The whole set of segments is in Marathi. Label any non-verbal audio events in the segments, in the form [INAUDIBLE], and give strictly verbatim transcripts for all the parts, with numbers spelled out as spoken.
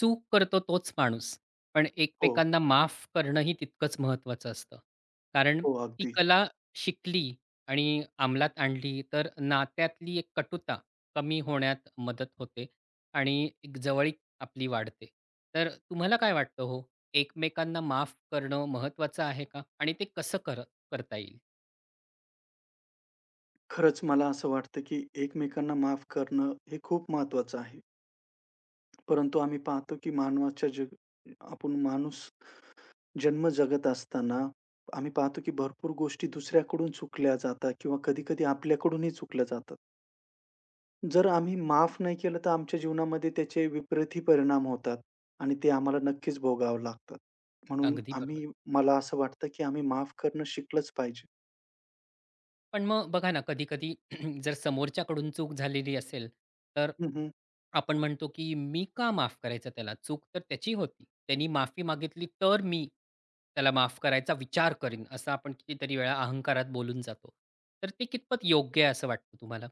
चूक करतो तोच माणूस, पण हो, एकमेकांना माफ करणंही तितकंच महत्त्वाचं असतं. कारण हो. ती अगदी. कला शिकली आणि अंमलात आणली, तर नात्यातली एक कटुता कमी होण्यात मदत होते आणि एक जवळीक आपली वाढते. तर तुम्हाला काय वाटतं हो, एकमेकांना माफ करणं महत्त्वाचं आहे का? आणि ते कसं कर करता येईल? खरंच मला असं वाटतं, की एकमेकांना माफ करणं हे खूप महत्वाचं आहे. परंतु आम्ही पाहतो, की मानवाच्या जग आपण माणूस जन्म जगत असताना आम्ही पाहतो, की भरपूर गोष्टी दुसऱ्याकडून चुकल्या जातात किंवा कधी-कधी आपल्याकडूनही चुकल्या जातात. जर आम्ही माफ नाही केलं, तर आमच्या जीवनामध्ये त्याचे विपरीतही परिणाम होतात आणि ते आम्हाला नक्कीच भोगावं लागतात. म्हणून अगदी आम्ही बरोबर. मला असं वाटतं, की आम्ही माफ करणं शिकलंच पाहिजे. पण मग बघा ना, कधी-कधी [CLEARS THROAT] जर समोरच्याकडून चूक झालेली असेल, तर हं, हं. आपण म्हणतो, की "मी का माफ करायचं त्याला? चूक तर त्याची होती. त्यानी माफी मागितली तर मी त्याला माफ करायचा विचार करीन." असं आपण कितीतरी वेळा अहंकारात बोलून जातो. तर ते कितपत योग्य आहे असं वाटतं तुम्हाला?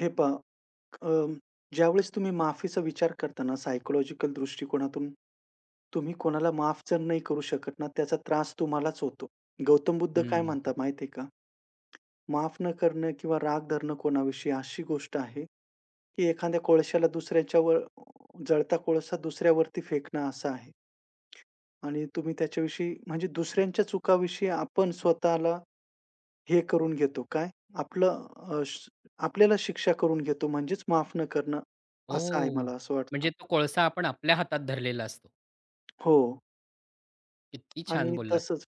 हे पहा. अ, ज्यावेळेस तुम्ही माफीचा विचार करता ना, सायकॉलॉजिकल दृष्टिकोनातून तुम्ही कोणाला माफ जर नाही करू शकत ना, त्याचा त्रास तुम्हालाच होतो. गौतम बुद्ध काय हं. म्हणतात माहिती आहे का? माफ न करणं किंवा राग धरणं कोणाविषयी अशी गोष्ट आहे, की एखाद्या कोळश्याला दुसऱ्याच्यावर जळता कोळसा दुसऱ्यावरती फेकणं असं आहे. आणि तुम्ही त्याच्याविषयी म्हणजे दुसऱ्यांच्या चुकाविषयी आपण स्वतःला हे करून घेतो. काय? आपलं अ, श आपल्याला शिक्षा करून घेतो म्हणजेच माफ न करणं, असं आहे ओह! मला असं वाटतं. म्हणजे तो कोळसा आपण आपल्या हातात धरलेला असतो. हो. किती छान आणि बोललात. तसंच.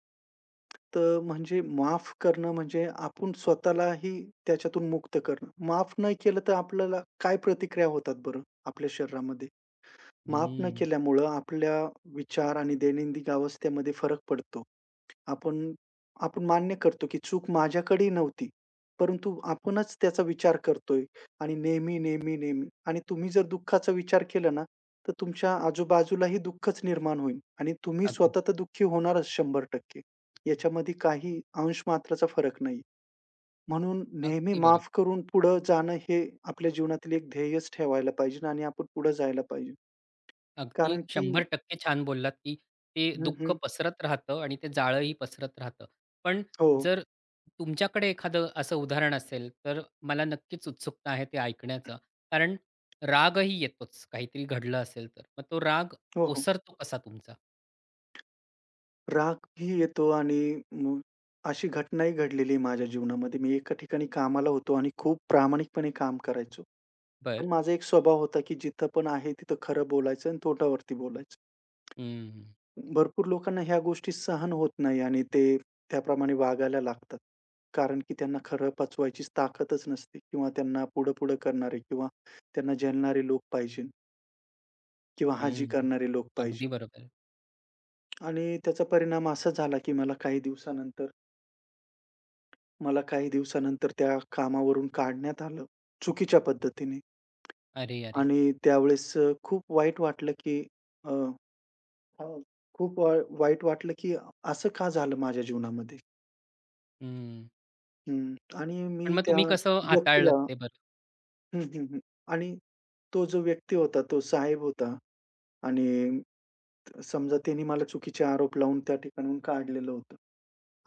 तर म्हणजे माफ करणं म्हणजे आपण स्वतःलाही त्याच्यातून मुक्त करणं. माफ नाही केलं तर आपल्याला काय प्रतिक्रिया होतात बरं आपल्या शरीरामध्ये? माफ न हं. केल्यामुळं आपल्या विचार आणि दैनंदिन अवस्थेमध्ये फरक पडतो. आपण आपण मान्य करतो, की चूक माझ्याकडे नव्हती. परंतु आपणच त्याचा विचार करतोय आणि नेहमी, नेहमी, नेहमी. आणि तुम्ही जर दुःखाचा विचार केला ना, तर तुमच्या आजूबाजूलाही दुःखच निर्माण होईल आणि तुम्ही अगदी, स्वतः तर दुःखी होणारच शंभर टक्के. याच्यामध्ये काही अंश मात्राचा फरक नाही. म्हणून नेहमी अगदी माफ बरोबर. करून पुढं जाणं हे आपल्या जीवनातील एक ध्येयच ठेवायला पाहिजे आणि आपण पुढे जायला पाहिजे. अगदी कारण की शंभर टक्के छान बोललात, की ते हं, दुःख हं. पसरत राहतं आणि ते जाळंही पसरत राहतं. पण हो. जर तुमच्याकडे एखादं असं उदाहरण असेल, तर मला नक्कीच उत्सुकता आहे ते ऐकण्याचं. कारण रागही येतोच, काहीतरी घडलं असेल तर. मग तो राग हो, हो. ओसरतो कसा तुमचा? रागही येतो आणि मग अशी घटनाही घडलेली आहे माझ्या जीवनामध्ये. मी एका ठिकाणी कामाला होतो आणि खूप प्रामाणिकपणे काम करायचो. बरं. पण माझा एक स्वभाव होता, की जिथं पण आहे तिथं खरं बोलायचं आणि तोंडावरती बोलायचं. हं, भरपूर लोकांना ह्या गोष्टी सहन होत नाही आणि ते त्याप्रमाणे वागायला लागतात. कारण की त्यांना खरं पचवायचीच ताकदच नसते किंवा त्यांना पुढं-पुढं करणारे किंवा त्यांना झेलणारे लोक पाहिजे किंवा हाजी हं. करणारे लोक अगदी पाहिजे. बरोबर. आणि त्याचा परिणाम असा झाला, की मला काही दिवसानंतर मला काही दिवसानंतर त्या कामावरून काढण्यात आलं, चुकीच्या पद्धतीने. अरे, अरे! आणि त्यावेळेस अ, खूप वाईट वाटलं, की अ, अ, खूप वा वाईट वाटलं, की असं का झालं माझ्या जीवनामध्ये? हं. हं. आणि पण मी मग त्या तुम्ही कसं हाताळलत व्यक्तीला ते बरं? हं, हं, हं. आणि तो जो व्यक्ती होता, तो साहेब होता. आणि समजा त्यांनी मला चुकीचे आरोप लावून त्या ठिकाणाहून काढलेलं होतं.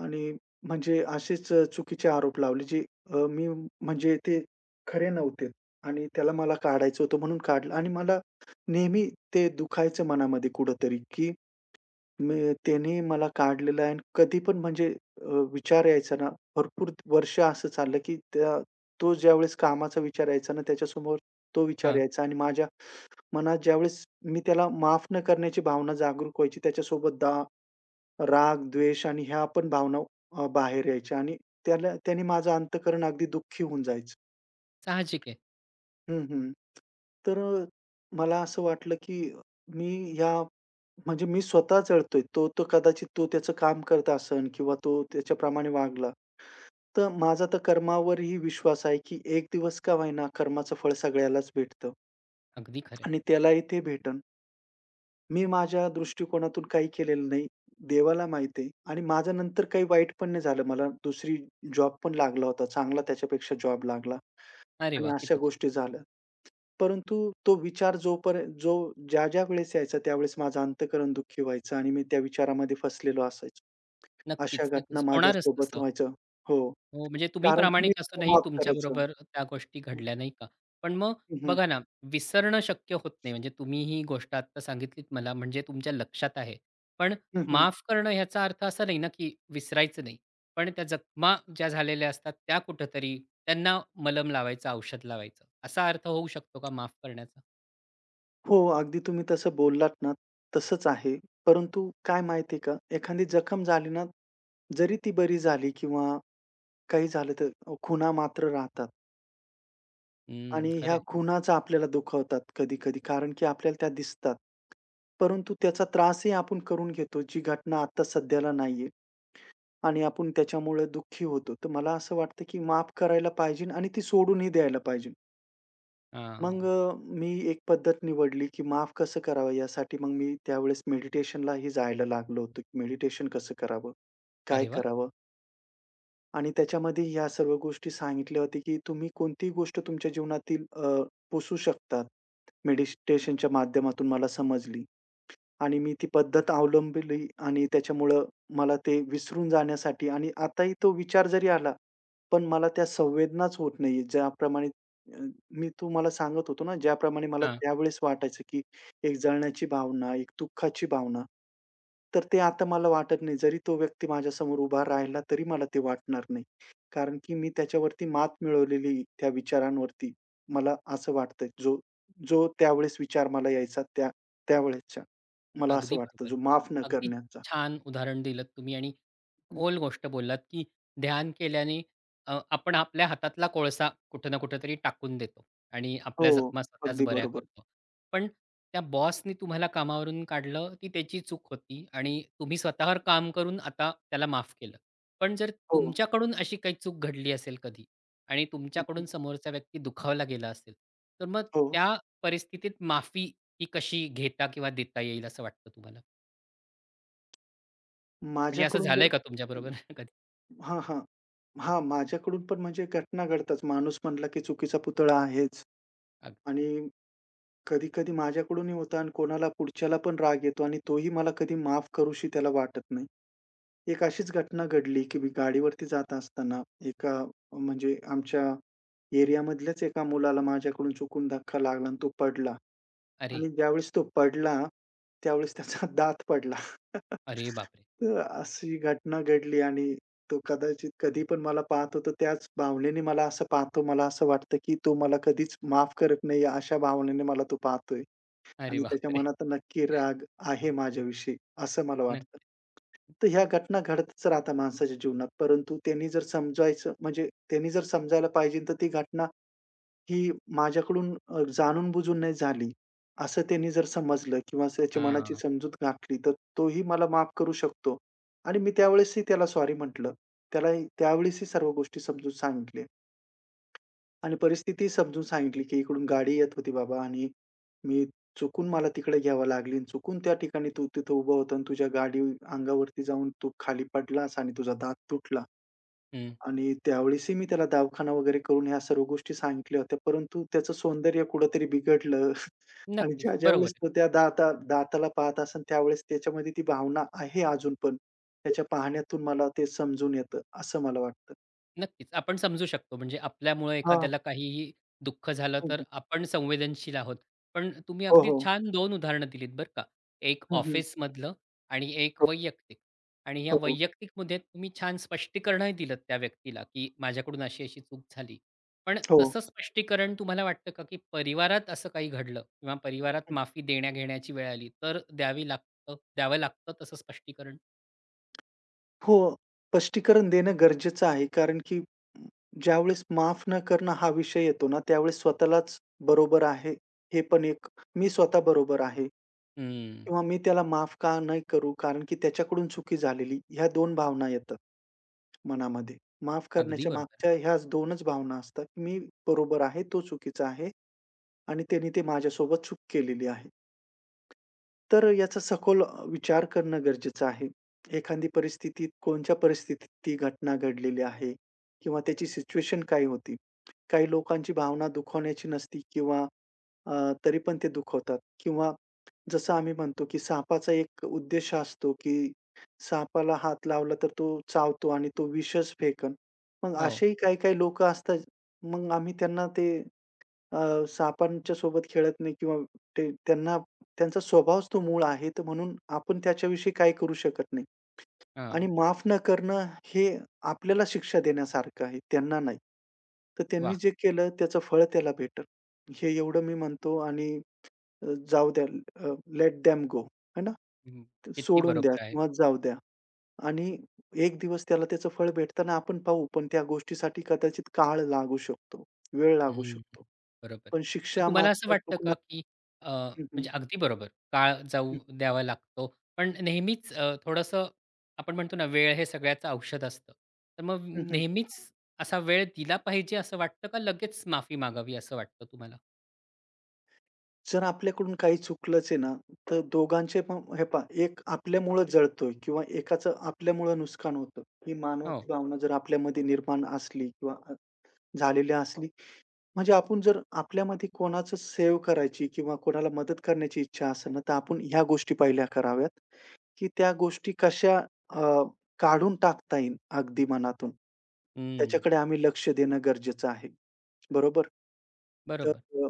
आणि म्हणजे असेच अ, चुकीचे आरोप लावले जे अ, मी म्हणजे ते खरे नव्हते आणि त्याला मला काढायचं होतं म्हणून काढलं आणि मला नेहमी ते दुखायचं मनामध्ये कुठेतरी, की मी त्याने मला काढलेलं आहे आणि कधी पण म्हणजे अ, विचार यायचा ना, भरपूर वर्ष असं चाललं, की त्या तो ज्यावेळेस कामाचा विचार यायचा ना, त्याच्यासमोर तो विचार हां. यायचा आणि माझ्या मनात ज्यावेळेस मी त्याला माफ न करण्याची भावना जागरूक व्हायची, त्याच्यासोबत दा राग, द्वेष आणि ह्या पण भावना अ, बाहेर यायच्या आणि त्याला त्याने माझं अंतःकरण अगदी दुःखी होऊन जायचं. साहजिक आहे. हं, हं. तर अ, मला असं वाटलं, की मी या म्हणजे मी स्वतः जळतोय. तो तर कदाचित तो त्याचं काम करत असेल किंवा तो त्याच्याप्रमाणे वागला. तर माझा तर कर्मावरही विश्वास आहे, की एक दिवस का होईना कर्माचं फळ सगळ्यालाच भेटतं अगदी खरं आहे. आणि त्यालाही ते भेटन. मी माझ्या दृष्टिकोनातून काही केलेलं नाही. देवाला माहिती आहे आणि माझं नंतर काही वाईट पण नाही झालं. मला दुसरी जॉब पण लागला होता. चांगला त्याच्यापेक्षा जॉब लागला अरे आणि वाह! अशा किती छान. गोष्टी झाल्या. परंतु तो विचार जोपर्यंत जो ज्या-ज्या वेळेस यायचा त्यावेळेस माझं अंतःकरण दुःखी व्हायचं आणि मी त्या विचारामध्ये फसलेलो असायचो. अशा नक्कीच, घटना नक्कीच. होणारच माझ्यासोबत तसं. व्हायच्या. हो. हो, म्हणजे तुम्ही कारण की मी प्रामाणिक असं नाही माफ करायचं. तुमच्याबरोबर त्या गोष्टी घडल्या, नाही का? पण मग हं, हं. बघा ना, विसरणं शक्य होत नाही. म्हणजे तुम्ही ही गोष्ट आत्ता सांगितलीत मला, म्हणजे तुमच्या लक्षात आहे. पण हं, हं. माफ करणं ह्याचा अर्थ असा नाही ना, की विसरायचं नाही. पण त्या जखमा ज्या झालेल्या असतात, त्या कुठेतरी त्यांना मलम लावायचं, औषध लावायचं, असा अर्थ होऊ शकतो का माफ करण्याचा? हो, अगदी तुम्ही तसं बोललात ना, तसंच आहे. परंतु काय माहिती का, एखादी जखम झाली ना, जरी ती बरी झाली किंवा काही झालं तर खुणा मात्र राहतात हं, आणि खरं ह्या आहे. खुणाच आपल्याला दुखवतात कधी-कधी, कारण की आपल्याला त्या दिसतात. परंतु त्याचा त्रासही आपण करून घेतो, जी घटना आत्ता सध्याला नाहीये आणि आपण त्याच्यामुळे दुःखी होतो. तर मला असं वाटतं की माफ करायला पाहिजे आणि ती सोडूनही द्यायला पाहिजे. मग अ, मी एक पद्धत निवडली, की माफ कसं करावं. यासाठी मग मी त्यावेळेस मेडिटेशनलाही जायला लागलो होतो, की मेडिटेशन कसं करावं? काय अरे वाह! करावं? आणि त्याच्यामध्ये ह्या सर्व गोष्टी सांगितल्या होत्या, की तुम्ही कोणतीही गोष्ट तुमच्या जीवनातील अ, पुसू शकता. मेडिटेशनच्या माध्यमातून मला समजली. आणि मी ती पद्धत अवलंबली आणि त्याच्यामुळं मला ते विसरून जाण्यासाठी. आणि आताही तो विचार जरी आला, पण मला त्या संवेदनाच होत नाहीये. ज्याप्रमाणे अ, मी तुम्हाला सांगत होतो ना, ज्याप्रमाणे मला त्यावेळेस वाटायचं, की एक जळण्याची भावना, एक दुःखाची भावना, तर ते आता मला वाटत नाही. जरी तो व्यक्ती माझ्यासमोर उभा राहिला, तरी मला ते वाटणार नाही. कारण की मी त्याच्यावरती मात मिळवलेली त्या विचारांवरती. मला असं वाटतंय, जो जो त्यावेळेस विचार मला यायचा त्या त्यावेळेसच्या. मला असं अगदी वाटतं बरोबर. जो माफ न अगदी करण्याचा. छान उदाहरण दिलत तुम्ही आणि हं. खोल गोष्ट बोललात, की ध्यान केल्याने अ, आपण आपल्या हातातला कोळसा कुठे ना कुठं तरी टाकून देतो आणि हो, आपल्या जखमा स्वतःच अगदी बऱ्या बरोबर. करतो. पण त्या बॉसनी तुम्हाला कामावरून काढलं, ती त्याची चूक होती आणि तुम्ही स्वतःवर काम करून आता त्याला माफ केलं. पण जर हो. तुमच्याकडून अशी काही चूक घडली असेल कधी आणि हं, हं. तुमच्याकडून समोरचा व्यक्ती दुखावला गेला असेल, तर मग हो. त्या परिस्थितीत माफी ती कशी घेता किंवा देता येईल असं वाटतं तुम्हाला? म्हणजे असं माझ्याकडून जर झालंय का तुमच्याबरोबर [LAUGHS] कधी? हां, हां. हां, माझ्याकडून पण म्हणजे घटना घडतात. माणूस म्हणला की चुकीचा पुतळा आहेच अगदी. आणि कधी-कधी माझ्याकडूनही होतं आणि कोणाला पुढच्याला पण राग येतो आणि तोही मला कधी माफ करूशी त्याला वाटत नाही. एक अशीच घटना घडली, की मी गाडीवरती जात असताना एका म्हणजे आमच्या एरियामधल्याच एका मुलाला माझ्याकडून चुकून धक्का लागला आणि तो पडला. अरे! आणि ज्यावेळेस तो पडला, त्यावेळेस त्याचा [LAUGHS] दात पडला. [LAUGHS] अरे बापरे! तर अशी घटना घडली आणि तो कदाचित कधी पण मला पाहतो, तर त्याच भावनेने मला असं पाहतो. मला असं वाटतं, की तो मला कधीच माफ करत नाही, अशा भावनेने मला तो पाहतोय अरे आणि त्याच्या बापरे! मनात नक्की राग आहे माझ्याविषयी, असं मला न वाटतं. तर ह्या घटना घडतच राहतात माणसाच्या जीवनात, परंतु त्यांनी जर समजायचं म्हणजे त्यांनी जर समजायला पाहिजे, तर ती घटना ही माझ्याकडून अ, जाणून-बुजून नाही झाली, असं त्यांनी जर समजलं किंवा त्याच्या मनाची हां. समजूत घातली, तर तोही मला माफ करू शकतो. आणि मी त्यावेळेसही त्याला सॉरी म्हटलं. त्यालाही त्यावेळेसही सर्व गोष्टी समजून सांगितल्या आणि परिस्थितीही समजून सांगितली, की इकडून गाडी येत होती बाबा आणि मी चुकून मला तिकडे घ्यावी लागली आणि चुकून त्या ठिकाणी तू तिथं उभा होता आणि तुझ्या गाडी अंगावरती जाऊन तू खाली पडलास आणि तुझा दात तुटला. हं. आणि त्यावेळेसही मी त्याला दवाखाना वगैरे करून ह्या सर्व गोष्टी सांगितल्या होत्या. परंतु त्याचं सौंदर्य कुठेतरी बिघडलं. [LAUGHS] आणि नक्कीच. ज्या ज्यावेळेस बरोबर. तो त्या दाता दाताला पाहत असेल त्यावेळेस त्याच्यामध्ये ती भावना आहे अजून पण. त्याच्या पाहण्यातून मला ते समजून येतं, असं मला वाटतं. नक्कीच. आपण समजू शकतो म्हणजे आपल्यामुळे हां. एखाद्याला काहीही दुःख झालं हं, तर हं. आपण संवेदनशील आहोत. पण तुम्ही हो, अगदी हो. छान दोन उदाहरणं दिलीत बरं का. एक हं, ऑफिसमधलं आणि एक हो, वैयक्तिक. आणि या हो. वैयक्तिकमध्ये तुम्ही छान स्पष्टीकरणही दिलंत त्या व्यक्तीला, की माझ्याकडून अशी-अशी चूक झाली. पण हो. तसं स्पष्टीकरण तुम्हाला वाटतं का, की परिवारात असं काही घडलं किंवा परिवारात माफी देण्या-घेण्याची वेळ आली तर द्यावी लागतं द्यावं लागतं तसं स्पष्टीकरण? हो, स्पष्टीकरण देणं गरजेचं आहे. कारण की ज्यावेळेस माफ न करणं हा विषय येतो ना, त्यावेळेस स्वतःलाच बरोबर आहे, हे पण एक. मी स्वतः बरोबर आहे हं. किंवा मी त्याला माफ का नाही करू? कारण की त्याच्याकडून चुकी झालेली. ह्या दोन भावना येतात मनामध्ये. माफ अगदी करण्याच्या बरोबर. मागच्या ह्याच 2च भावना असतात. मी बरोबर आहे, तो चुकीचा आहे आणि त्याने ते माझ्यासोबत चूक केलेली आहे. तर याचा सखोल विचार करणं गरजेचं आहे. एखादी परिस्थितीत कोणत्या परिस्थितीत ती घटना घडलेली आहे किंवा त्याची सिच्युएशन काय होती. काही लोकांची भावना दुखावण्याची नसती किंवा अ, तरी पण ते दुखवतात किंवा जसं आम्ही म्हणतो, की सापाचा एक उद्देश असतो, की सापाला हात लावला तर तो चावतो आणि तो विषच फेकन. मग हो. असेही काही-काही लोकं असतात, मग आम्ही त्यांना ते अ, सापांच्या सोबत खेळत नाही किंवा ते त्यांना त्यांचा स्वभावच तो मूळ आहे, तर म्हणून आपण त्याच्याविषयी काही करू शकत नाही. आणि हां. माफ न करणं हे आपल्याला शिक्षा देण्यासारखं आहे, त्यांना नाही. तर त्यांनी वाह! जे केलं त्याचं फळ त्याला भेटेल. हे एवढं मी म्हणतो आणि अ, जाऊ द्या. Let them go. है ना? हं, ते किती सोडून द्या बरोबर आहे. किंवा जाऊ द्या आणि एक दिवस त्याला त्याचं फळ भेटताना आपण पाहू. पण त्या गोष्टीसाठी कदाचित काळ लागू शकतो, वेळ लागू हं, शकतो. बरोबर आहे. पण मग शिक्षा तुम्हाला असं मात्र वाटतं का, चुकणार. की अ, हं, हं. म्हणजे अगदी बरोबर, काळ जाऊ हं, द्यावा लागतो. पण नेहमीच अ, थोडंसं आपण म्हणतो ना, वेळ हे सगळ्याचं औषध असतं. तर मग हं, हं. नेहमीच असा वेळ दिला पाहिजे असं वाटतं का लगेच माफी मागावी असं वाटतं तुम्हाला? जर आपल्याकडून काही चुकलंच आहे ना, तर दोघांचे पण हे पहा, एक आपल्यामुळं जळतोय किंवा एकाचं आपल्यामुळं नुकसान होतं. ही मानवाची हो. भावना जर आपल्यामध्ये निर्माण असली किंवा अ, झालेली असली, म्हणजे आपण जर आपल्यामध्ये कोणाचं सेव्ह करायची किंवा कोणाला मदत करण्याची इच्छा असेल ना, तर आपण ह्या गोष्टी पहिल्या कराव्यात, की त्या गोष्टी कशा अ, काढून टाकता येईल अगदी मनातून. हं, त्याच्याकडे आम्ही लक्ष देणं गरजेचं आहे. बरोबर? बरोबर. तर अ,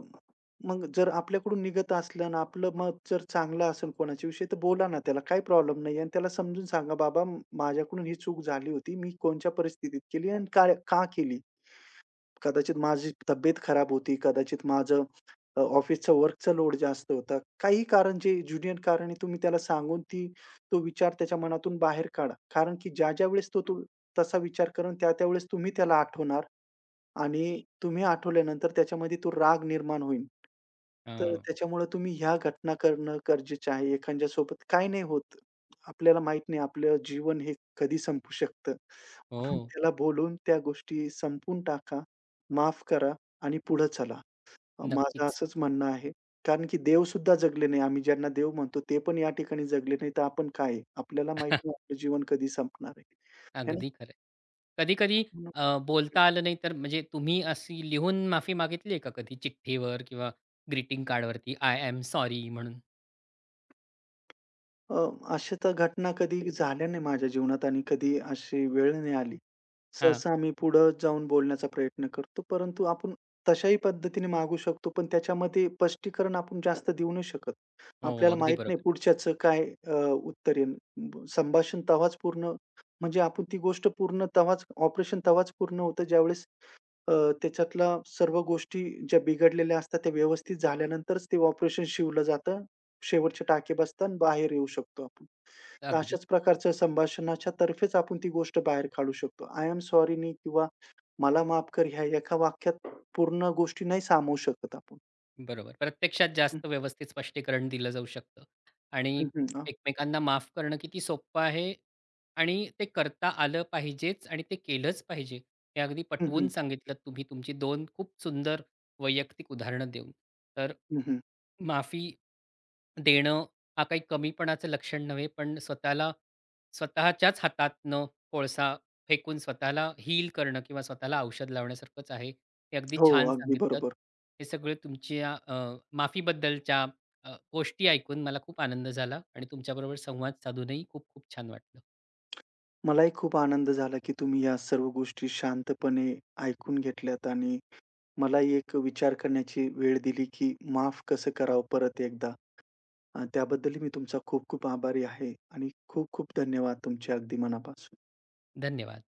मग जर आपल्याकडून निघत असलं आणि आपलं मत जर चांगलं असेल कोणाच्याविषयी, तर बोला ना त्याला, काही प्रॉब्लेम नाही. आणि त्याला समजून सांगा, "बाबा, माझ्याकडून ही चूक झाली होती. मी कोणत्या परिस्थितीत केली आणि का का केली? कदाचित माझी तब्येत खराब होती, कदाचित माझं अ, ऑफिसचा वर्कचा लोड जास्त होता." काहीही कारण जे ज्युनियर कारणे तुम्ही त्याला सांगून ती तो विचार त्याच्या मनातून बाहेर काढा. कारण की ज्या-ज्या वेळेस तो तो तसा विचार करून त्या-त्यावेळेस तुम्ही त्याला आठवणार आणि तुम्ही आठवल्यानंतर त्याच्यामध्ये तो राग निर्माण होईल. तर हां. त्याच्यामुळे तुम्ही ह्या घटना करणं गरजेचं आहे. एखाद्यासोबत काही नाही होत. आपल्याला माहीत नाही आपलं जीवन हे कधी संपू शकतं. म्हणून हो, त्याला बोलून त्या गोष्टी संपून टाका. माफ करा आणि पुढे चला. माझं नक्कीच. असंच म्हणणं आहे. कारण की देव सुद्धा जगले नाही. आम्ही ज्यांना देव म्हणतो ते पण या ठिकाणी जगले नाही, तर आपण काय आहे? आपल्याला माहीत [LAUGHS] नाही आपलं जीवन कधी संपणार आहे. है ना? अगदी खरं आहे. कधी-कधी म्हणून बोलता आलं नाही तर म्हणजे तुम्ही अशी लिहून माफी मागितली आहे का कधी चिठ्ठीवर किंवा ग्रीटिंग कार्डवरती आय एम सॉरी म्हणून? अ, अशा तर घटना कधी झाल्या नाही माझ्या जीवनात आणि कधी अशी वेळ नाही आली. हां. सहसा आम्ही पुढं जाऊन बोलण्याचा प्रयत्न करतो. परंतु आपण तशाही पद्धतीने मागू शकतो, पण त्याच्यामध्ये स्पष्टीकरण आपण जास्त देऊ नाही शकत. हो, आपल्याला अगदी माहीत नाही बरोबर. पुढच्याचं काय अ, उत्तर येईल. ब संभाषण तेव्हाच पूर्ण म्हणजे आपण ती गोष्ट पूर्ण तेव्हाच, ऑपरेशन तेव्हाच पूर्ण होतं ज्यावेळेस अ, त्याच्यातल्या सर्व गोष्टी ज्या बिघडलेल्या असतात त्या व्यवस्थित झाल्यानंतरच ते ऑपरेशन शिवलं जातं. शेवटचे टाके बसतात, बाहेर येऊ शकतो आपण. अगदी. अशाच प्रकारच्या संभाषणाच्या तर्फेच आपण ती गोष्ट बाहेर काढू शकतो. आय एम सॉरीनी किंवा मला माफ कर ह्या एका वाक्यात पूर्ण गोष्टी नाही सामावू शकत आपण. बरोबर. प्रत्यक्षात जास्त व्यवस्थित स्पष्टीकरण दिलं जाऊ शकतं आणि हं, हं, हं. अ, एकमेकांना माफ करणं किती सोपं आहे आणि ते करता आलं पाहिजेच आणि ते केलंच पाहिजे. हे अगदी हं, हं. पटवून सांगितलं तुम्ही तुमची दोन खूप सुंदर वैयक्तिक उदाहरणं देऊन. तर हं, हं. माफी देणं हा काही कमीपणाचं लक्षण नव्हे, पण स्वतःला स्वतःच्याच हातातनं कोळसा फेकून स्वतःला हील करणं किंवा स्वतःला औषध लावण्यासारखंच आहे. हे अगदी हो, छान अगदी सांगितलंत. बरोबर. हे सगळं तुमच्या अ, माफीबद्दलच्या अ, गोष्टी ऐकून मला खूप आनंद झाला आणि तुमच्याबरोबर संवाद साधूनही खूप खूप छान वाटलं. मलाही खूप आनंद झाला, की तुम्ही या सर्व गोष्टी शांतपणे ऐकून घेतल्यात आणि मलाही एक विचार करण्याची वेळ दिली, की माफ कसं करावं परत एकदा. अ, त्याबद्दलही मी तुमचा खूप खूप आभारी आहे आणि खूप खूप धन्यवाद तुमचे अगदी मनापासून. धन्यवाद.